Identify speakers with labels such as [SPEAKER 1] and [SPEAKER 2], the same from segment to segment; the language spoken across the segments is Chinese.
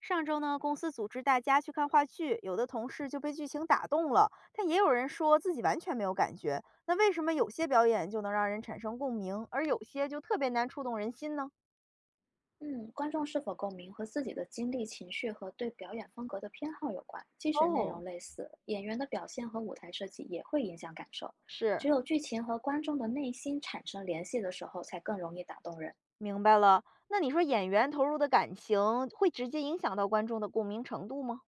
[SPEAKER 1] 上周呢，公司组织大家去看话剧，有的同事就被剧情打动了，但也有人说自己完全没有感觉。那为什么有些表演就能让人产生共鸣，而有些就特别难触动人心呢？
[SPEAKER 2] 嗯，观众是否共鸣和自己的经历、情绪和对表演风格的偏好有关。即使内容
[SPEAKER 1] 哦，
[SPEAKER 2] 类似，演员的表现和舞台设计也会影响感受。只
[SPEAKER 1] 是，
[SPEAKER 2] 有剧情和观众的内心产生联系的时候，才更容易打动人。
[SPEAKER 1] 明白了。那你说演员投入的感情会直接影响到观众的共鸣程度吗？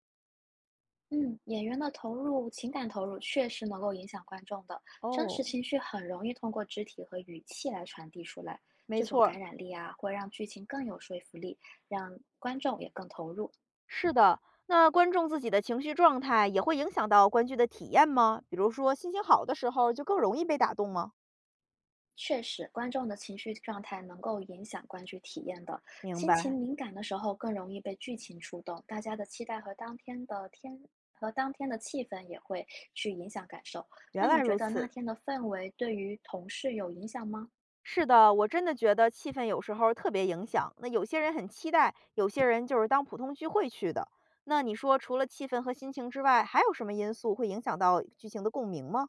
[SPEAKER 2] 嗯，演员的投入、情感投入确实能够影响观众的真实
[SPEAKER 1] 哦，
[SPEAKER 2] 情绪，很容易通过肢体和语气来传递出来。这
[SPEAKER 1] 没
[SPEAKER 2] 种
[SPEAKER 1] 错
[SPEAKER 2] 感
[SPEAKER 1] 儿，
[SPEAKER 2] 染力啊，会让剧情更有说服力，让观众也更投入。
[SPEAKER 1] 是的。那观众自己的情绪状态也会影响到观剧的体验吗？比如说心情好的时候就更容易被打动吗？
[SPEAKER 2] 确实，观众的情绪状态能够影响观剧体验的。
[SPEAKER 1] 明
[SPEAKER 2] 心情
[SPEAKER 1] 白，
[SPEAKER 2] 敏感的时候，更容易被剧情触动，大家的期待和当天的气氛也会去影响感受。那
[SPEAKER 1] 原
[SPEAKER 2] 你
[SPEAKER 1] 来
[SPEAKER 2] 觉
[SPEAKER 1] 如
[SPEAKER 2] 得那
[SPEAKER 1] 此。
[SPEAKER 2] 天的氛围对于同事有影响吗？
[SPEAKER 1] 是的，我真的觉得气氛有时候特别影响。那有些人很期待，有些人就是当普通聚会去的。那你说，除了气氛和心情之外，还有什么因素会影响到剧情的共鸣吗？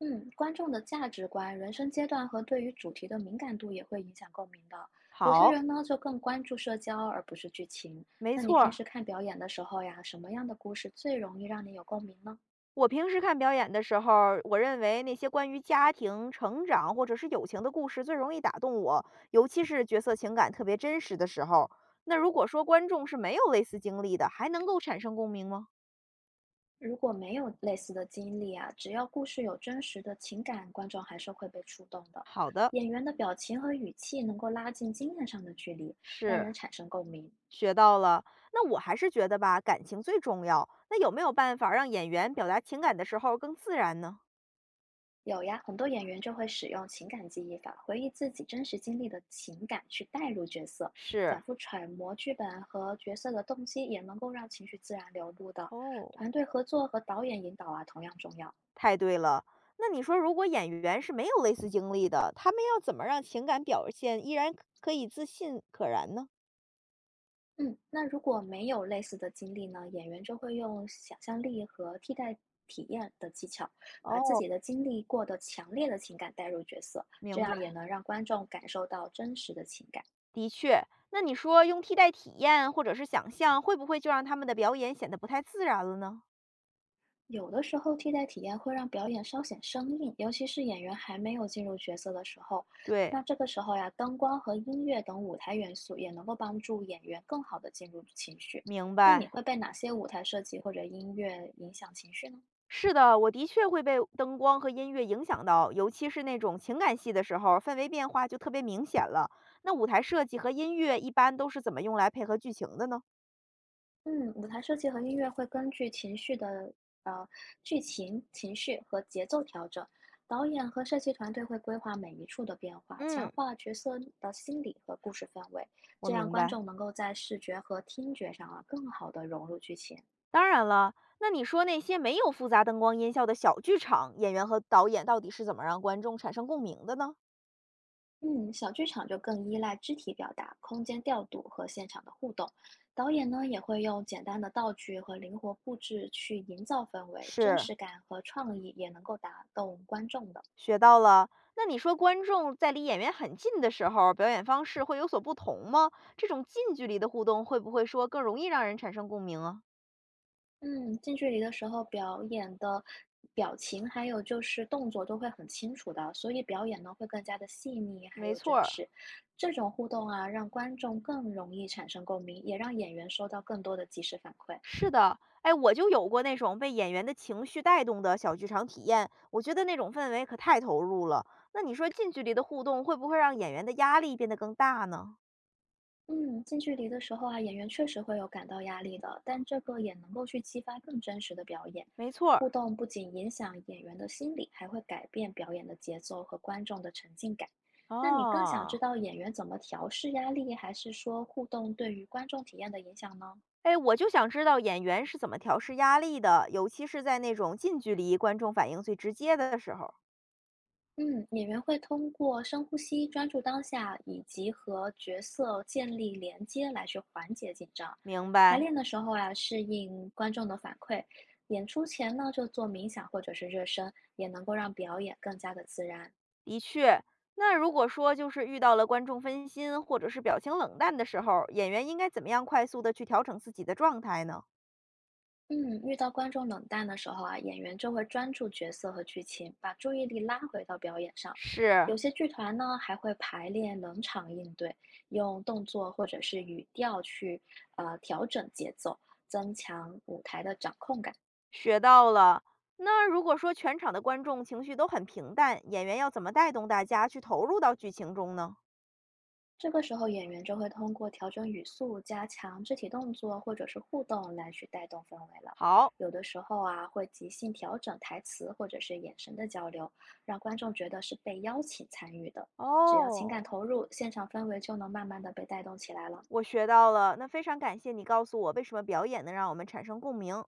[SPEAKER 2] 嗯，观众的价值观、人生阶段和对于主题的敏感度也会影响共鸣的。有些
[SPEAKER 1] 好，
[SPEAKER 2] 人呢，就更关注社交而不是剧情。
[SPEAKER 1] 没
[SPEAKER 2] 那你
[SPEAKER 1] 错
[SPEAKER 2] 平
[SPEAKER 1] 儿。
[SPEAKER 2] 时看表演的时候呀，什么样的故事最容易让你有共鸣呢？
[SPEAKER 1] 我平时看表演的时候儿我认为那些关于家庭、成长或者是友情的故事最容易打动我，尤其是角色情感特别真实的时候。那如果说观众是没有类似经历的，还能够产生共鸣吗？
[SPEAKER 2] 如果没有类似的经历啊，只要故事有真实的情感，观众还是会被触动的。
[SPEAKER 1] 好的，
[SPEAKER 2] 演员的表情和语气能够拉近经验上的距离，让
[SPEAKER 1] 是
[SPEAKER 2] 人产生共鸣。
[SPEAKER 1] 学到了。那我还是觉得吧，感情最重要。那有没有办法让演员表达情感的时候更自然呢？
[SPEAKER 2] 有呀，很多演员就会使用情感记忆法，回忆自己真实经历的情感，去带入角色，
[SPEAKER 1] 是
[SPEAKER 2] 反复揣摩剧本和角色的动机，也能够让情绪自然流露的。
[SPEAKER 1] 哦，
[SPEAKER 2] 团队合作和导演引导啊，同样重要。
[SPEAKER 1] 太对了。那你说，如果演员是没有类似经历的，他们要怎么让情感表现依然可可以自信可然呢？
[SPEAKER 2] 嗯，那如果没有类似的经历呢，演员就会用想象力和替代体验的技巧，把自
[SPEAKER 1] 哦，
[SPEAKER 2] 己的经历过的强烈的情感带入角色，这
[SPEAKER 1] 明白。
[SPEAKER 2] 样也能让观众感受到真实的情感。
[SPEAKER 1] 的确，那你说用替代体验或者是想象，会不会就让他们的表演显得不太自然了呢？
[SPEAKER 2] 有的时候，替代体验会让表演稍显生硬，尤其是演员还没有进入角色的时候。
[SPEAKER 1] 对，
[SPEAKER 2] 那这个时候呀，灯光和音乐等舞台元素也能够帮助演员更好的进入情绪。
[SPEAKER 1] 明
[SPEAKER 2] 那你
[SPEAKER 1] 白。
[SPEAKER 2] 会被哪些舞台设计或者音乐影响情绪呢？
[SPEAKER 1] 是的，我的确会被灯光和音乐影响到，尤其是那种情感戏的时候，氛围变化就特别明显了。那舞台设计和音乐一般都是怎么用来配合剧情的呢？
[SPEAKER 2] 嗯，舞台设计和音乐会根据情绪的呃剧情、情绪和节奏调整，导演和设计团队会规划每一处的变化，强
[SPEAKER 1] 嗯，
[SPEAKER 2] 化角色的心理和故事氛围，
[SPEAKER 1] 我
[SPEAKER 2] 这样
[SPEAKER 1] 明
[SPEAKER 2] 观
[SPEAKER 1] 白。
[SPEAKER 2] 众能够在视觉和听觉上啊更好的融入剧情。
[SPEAKER 1] 当然了，那你说那些没有复杂灯光音效的小剧场，演员和导演到底是怎么让观众产生共鸣的呢？
[SPEAKER 2] 嗯，小剧场就更依赖肢体表达、空间调度和现场的互动。导演呢也会用简单的道具和灵活布置去营造氛围，真
[SPEAKER 1] 是，
[SPEAKER 2] 实感和创意也能够打动观众的。
[SPEAKER 1] 学到了。那你说观众在离演员很近的时候，表演方式会有所不同吗？这种近距离的互动会不会说更容易让人产生共鸣啊？
[SPEAKER 2] 嗯，近距离的时候表演的表情，还有就是动作都会很清楚的，所以表演呢会更加的细腻，还
[SPEAKER 1] 没
[SPEAKER 2] 有
[SPEAKER 1] 错
[SPEAKER 2] 真
[SPEAKER 1] 儿。
[SPEAKER 2] 实。这种互动啊，让观众更容易产生共鸣，也让演员收到更多的及时反馈。
[SPEAKER 1] 是的，哎，我就有过那种被演员的情绪带动的小剧场体验，我觉得那种氛围可太投入了。那你说近距离的互动会不会让演员的压力变得更大呢？
[SPEAKER 2] 嗯，近距离的时候啊，演员确实会有感到压力的，但这个也能够去激发更真实的表演。
[SPEAKER 1] 没错儿，
[SPEAKER 2] 互动不仅影响演员的心理，还会改变表演的节奏和观众的沉浸感。那你更想知
[SPEAKER 1] 哦，
[SPEAKER 2] 道演员怎么调试压力，还是说互动对于观众体验的影响呢？
[SPEAKER 1] 哎，我就想知道演员是怎么调试压力的，尤其是在那种近距离观众反应最直接的时候。
[SPEAKER 2] 嗯，演员会通过深呼吸、专注当下，以及和角色建立连接来去缓解紧张。
[SPEAKER 1] 明
[SPEAKER 2] 排
[SPEAKER 1] 白，
[SPEAKER 2] 练的时候啊，适应观众的反馈；演出前呢，就做冥想或者是热身，也能够让表演更加的自然。
[SPEAKER 1] 的确。那如果说就是遇到了观众分心或者是表情冷淡的时候，演员应该怎么样快速的去调整自己的状态呢？
[SPEAKER 2] 嗯，遇到观众冷淡的时候啊，演员就会专注角色和剧情，把注意力拉回到表演上。有
[SPEAKER 1] 是，
[SPEAKER 2] 些剧团呢还会排练冷场应对，用动作或者是语调去调整节奏，增强舞台的掌控感。
[SPEAKER 1] 学到了。那如果说全场的观众情绪都很平淡，演员要怎么带动大家去投入到剧情中呢？
[SPEAKER 2] 这个时候，演员就会通过调整语速、加强肢体动作或者是互动来去带动氛围了。
[SPEAKER 1] 好，
[SPEAKER 2] 有的时候啊，会即兴调整台词或者是眼神的交流，让观众觉得是被邀请参与的。只要情感
[SPEAKER 1] 哦，
[SPEAKER 2] 投入，现场氛围就能慢慢的被带动起来了。
[SPEAKER 1] 我学到了。那非常感谢你告诉我为什么表演能让我们产生共鸣。